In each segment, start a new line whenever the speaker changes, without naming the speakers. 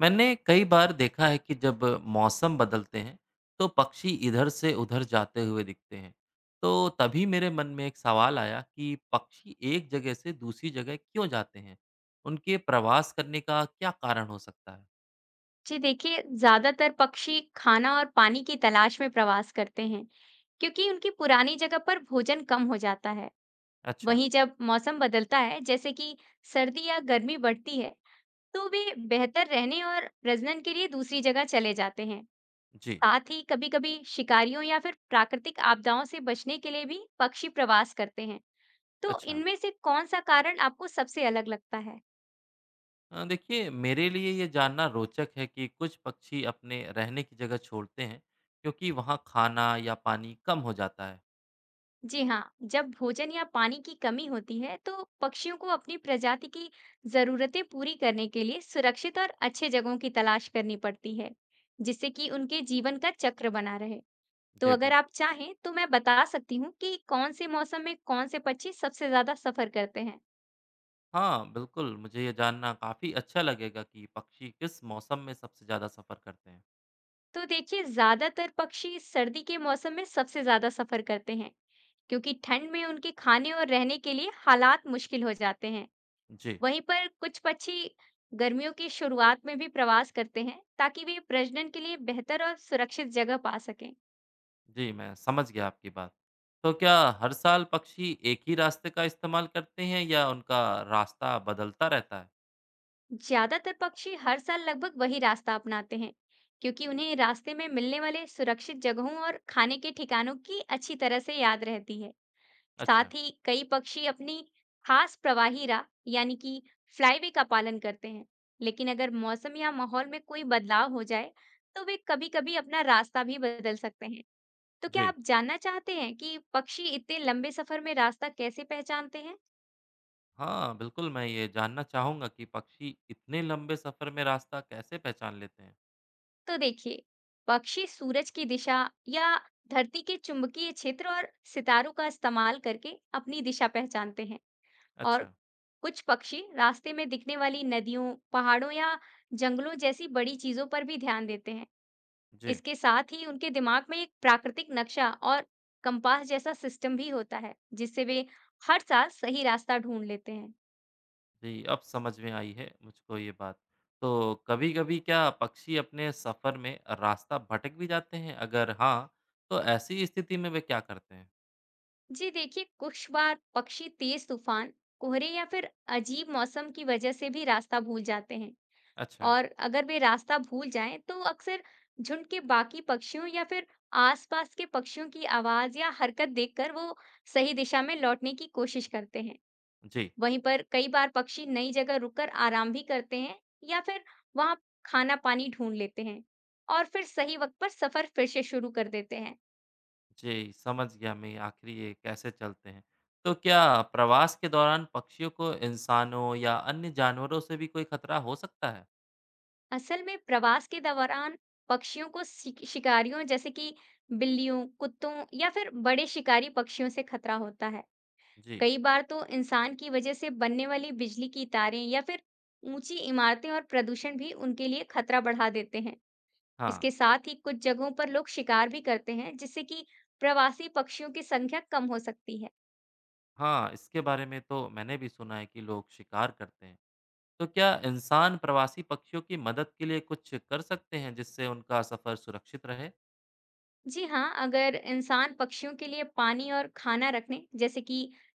मैंने कई बार देखा है कि जब मौसम बदलते हैं तो पक्षी इधर से उधर जाते हुए दिखते हैं। तो तभी मेरे मन में एक सवाल आया कि पक्षी एक जगह से दूसरी जगह क्यों जाते हैं। उनके प्रवास करने का क्या कारण हो सकता है?
जी देखिए, ज़्यादातर पक्षी खाना और पानी की तलाश में प्रवास करते हैं, क्योंकि उनकी पुरानी जगह पर भोजन कम हो जाता है।
अच्छा।
वहीं जब मौसम बदलता है, जैसे कि सर्दी या गर्मी बढ़ती है, तो वे बेहतर रहने और प्रजनन के लिए दूसरी जगह चले जाते हैं।
जी।
साथ ही कभी-कभी शिकारियों या फिर प्राकृतिक आपदाओं से बचने के लिए भी पक्षी प्रवास करते हैं। तो
अच्छा।
इनमें से कौन सा कारण आपको सबसे अलग लगता है?
देखिए, मेरे लिए ये जानना रोचक है कि कुछ पक्षी अपने रहने की जगह छोड़ते हैं क्योंकि वहाँ खाना या पानी कम हो जाता है।
जी हाँ, जब भोजन या पानी की कमी होती है, तो पक्षियों को अपनी प्रजाति की जरूरतें पूरी करने के लिए सुरक्षित और अच्छे जगहों की तलाश करनी पड़ती है, जिससे कि उनके जीवन का चक्र बना रहे। तो
जी
अगर आप
बिल्कुल।
चाहें, तो मैं बता सकती हूँ कि कौन से मौसम में कौन से पक्षी सबसे ज्यादा सफर करते हैं।
हाँ, बिल्कुल, मुझे ये जानना काफ़ी अच्छा लगेगा कि पक्षी किस मौसम में सबसे ज़्यादा सफ़र करते हैं।
तो देखिए, ज्यादातर पक्षी सर्दी के मौसम में सबसे ज्यादा सफर करते हैं, क्योंकि ठंड में उनके खाने और रहने के लिए हालात मुश्किल हो जाते हैं।
जी।
वहीं पर कुछ पक्षी गर्मियों की शुरुआत में भी प्रवास करते हैं ताकि वे प्रजनन के लिए बेहतर और सुरक्षित जगह पा सकें।
जी, मैं समझ गया आपकी बात। तो क्या हर साल पक्षी एक ही रास्ते का इस्तेमाल करते हैं या उनका रास्ता बदलता रहता है?
ज्यादातर पक्षी हर साल लगभग वही रास्ता अपनाते हैं क्योंकि उन्हें रास्ते में मिलने वाले सुरक्षित जगहों और खाने के ठिकानों की अच्छी तरह से याद रहती है।
अच्छा।
साथ ही कई पक्षी अपनी खास प्रवाही राह यानी कि फ्लाईवे का पालन करते हैं। लेकिन अगर मौसम या माहौल में कोई बदलाव हो जाए तो वे कभी-कभी अपना रास्ता भी बदल सकते हैं। तो क्या
जी।
आप जानना चाहते हैं कि पक्षी इतने लंबे सफर में रास्ता कैसे पहचानते हैं?
हाँ, बिल्कुल, मैं ये जानना चाहूँगा कि पक्षी इतने लंबे सफ़र में रास्ता कैसे पहचान लेते हैं?
तो देखिए, पक्षी सूरज की दिशा या धरती के चुंबकीय क्षेत्र और सितारों का इस्तेमाल करके अपनी दिशा पहचानते हैं। और
अच्छा।
कुछ पक्षी रास्ते में दिखने वाली नदियों, पहाड़ों या जंगलों जैसी बड़ी चीजों पर भी ध्यान देते हैं।
जी।
इसके साथ ही उनके दिमाग में एक प्राकृतिक नक्शा और कंपास जैसा सिस्टम भी होता है, जिससे वे हर साल सही रास्ता ढूंढ लेते हैं।
जी, अब समझ में आई है मुझको ये बात। तो कभी-कभी क्या पक्षी अपने सफ़र में रास्ता भटक भी जाते हैं? अगर हाँ, तो ऐसी स्थिति में वे क्या करते हैं?
जी देखिए, कुछ बार पक्षी तेज तूफान, कोहरे या फिर अजीब मौसम की वजह से भी रास्ता भूल जाते हैं।
अच्छा।
और अगर वे रास्ता भूल जाएं तो अक्सर झुंड के बाकी पक्षियों या फिर आसपास के पक्षियों की आवाज या हरकत देखकर वो सही दिशा में लौटने की कोशिश करते हैं।
जी।
वहीं पर कई बार पक्षी नई जगह रुककर आराम भी करते हैं या फिर वहां खाना पानी ढूंढ लेते हैं और फिर सही वक्त पर सफर फिर से शुरू कर देते हैं।
जी, समझ गया मैं आखिर ये कैसे चलते हैं। तो क्या प्रवास के दौरान पक्षियों को इंसानों या अन्य जानवरों से भी कोई खतरा हो सकता है?
असल में प्रवास के दौरान पक्षियों को शिकारियों जैसे कि बिल्लियों, कुत्तों या फिर बड़े शिकारी पक्षियों से खतरा होता है।
जी।
कई बार तो इंसान की वजह से बनने वाली बिजली की तारें या फिर ऊंची इमारतें और प्रदूषण भी उनके लिए खतरा बढ़ा देते हैं। इसके
हाँ।
साथ ही कुछ जगहों पर लोग शिकार भी करते हैं, जिससे कि प्रवासी पक्षियों की संख्या कम हो सकती है।
हाँ, इसके बारे में तो मैंने भी सुना है कि लोग शिकार करते हैं। तो क्या इंसान प्रवासी पक्षियों की मदद के लिए कुछ कर सकते हैं जिससे उनका सफर सुरक्षित रहे?
जी हाँ, अगर इंसान पक्षियों के लिए पानी और खाना रखने जैसे कि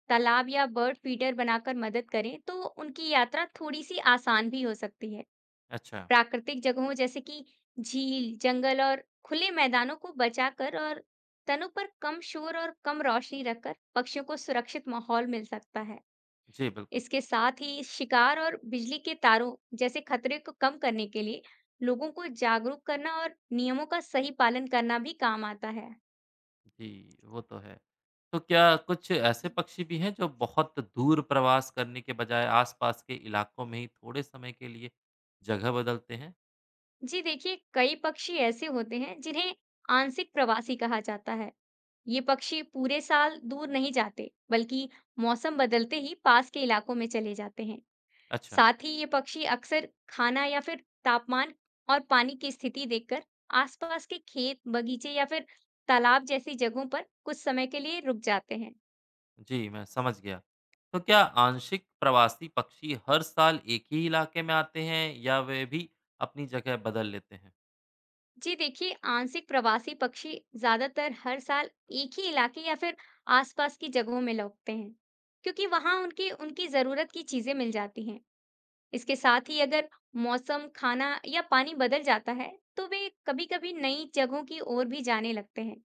तालाब या बर्ड फीडर बनाकर मदद करें तो उनकी यात्रा थोड़ी सी आसान भी हो सकती है।
अच्छा।
प्राकृतिक जगहों जैसे कि झील, जंगल और खुले मैदानों को बचाकर और तनों पर कम शोर और कम रोशनी रखकर पक्षियों को सुरक्षित माहौल मिल सकता है।
जी बिल्कुल।
इसके साथ ही शिकार और बिजली के तारों जैसे खतरे को कम करने के लिए लोगों को जागरूक करना और नियमों का सही पालन करना भी काम आता है।
जी, वो तो है। तो क्या कुछ ऐसे पक्षी भी हैं जो बहुत दूर प्रवास करने के बजाय आसपास के इलाकों में ही थोड़े समय के लिए जगह बदलते हैं?
जी देखिए, कई पक्षी ऐसे होते हैं जिन्हें आंशिक प्रवासी कहा जाता है। ये पक्षी पूरे साल दूर नहीं जाते बल्कि मौसम बदलते ही पास के इलाकों में चले जाते हैं।
अच्छा।
साथ ही ये पक्षी अक्सर खाना या फिर तापमान और पानी की स्थिति देखकर आसपास के खेत, बगीचे या फिर तालाब जैसी जगहों पर कुछ समय के लिए रुक जाते हैं।
जी मैं समझ गया। तो क्या आंशिक प्रवासी पक्षी हर साल एक ही इलाके में आते हैं या वे भी अपनी जगह बदल लेते हैं?
जी देखिए, आंशिक प्रवासी पक्षी ज्यादातर हर साल एक ही इलाके या फिर आसपास की जगहों में लौटते हैं क्योंकि वहां उनके उनकी जरूरत की चीजें मिल जाती हैं। इसके साथ ही अगर मौसम, खाना या पानी बदल जाता है तो वे कभी-कभी नई जगहों की ओर भी जाने लगते हैं।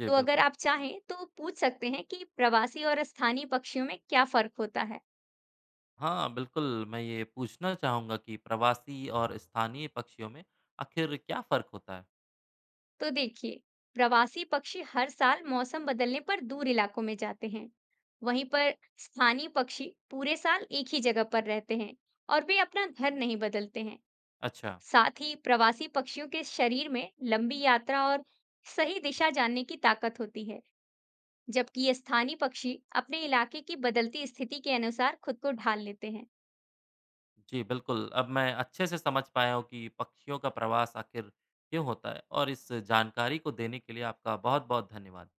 जी
तो अगर
बिल्कुल।
आप चाहें तो पूछ सकते हैं कि प्रवासी और स्थानीय पक्षियों में क्या फर्क होता है।
हाँ, बिल्कुल, मैं ये पूछना चाहूँगा कि प्रवासी और स्थानीय पक्षियों में आखिर क्या फ़र्क होता है?
तो देखिए, प्रवासी पक्षी हर साल मौसम बदलने पर दूर इलाकों में जाते हैं। वहीं पर स्थानीय पक्षी पूरे साल एक ही जगह पर रहते हैं और वे अपना घर नहीं बदलते हैं।
अच्छा।
साथ ही प्रवासी पक्षियों के शरीर में लंबी यात्रा और सही दिशा जानने की ताकत होती है, जबकि ये स्थानीय पक्षी अपने इलाके की बदलती स्थिति के अनुसार खुद को ढाल लेते हैं।
जी बिल्कुल, अब मैं अच्छे से समझ पाया हूँ कि पक्षियों का प्रवास आखिर क्यों होता है, और इस जानकारी को देने के लिए आपका बहुत-बहुत धन्यवाद।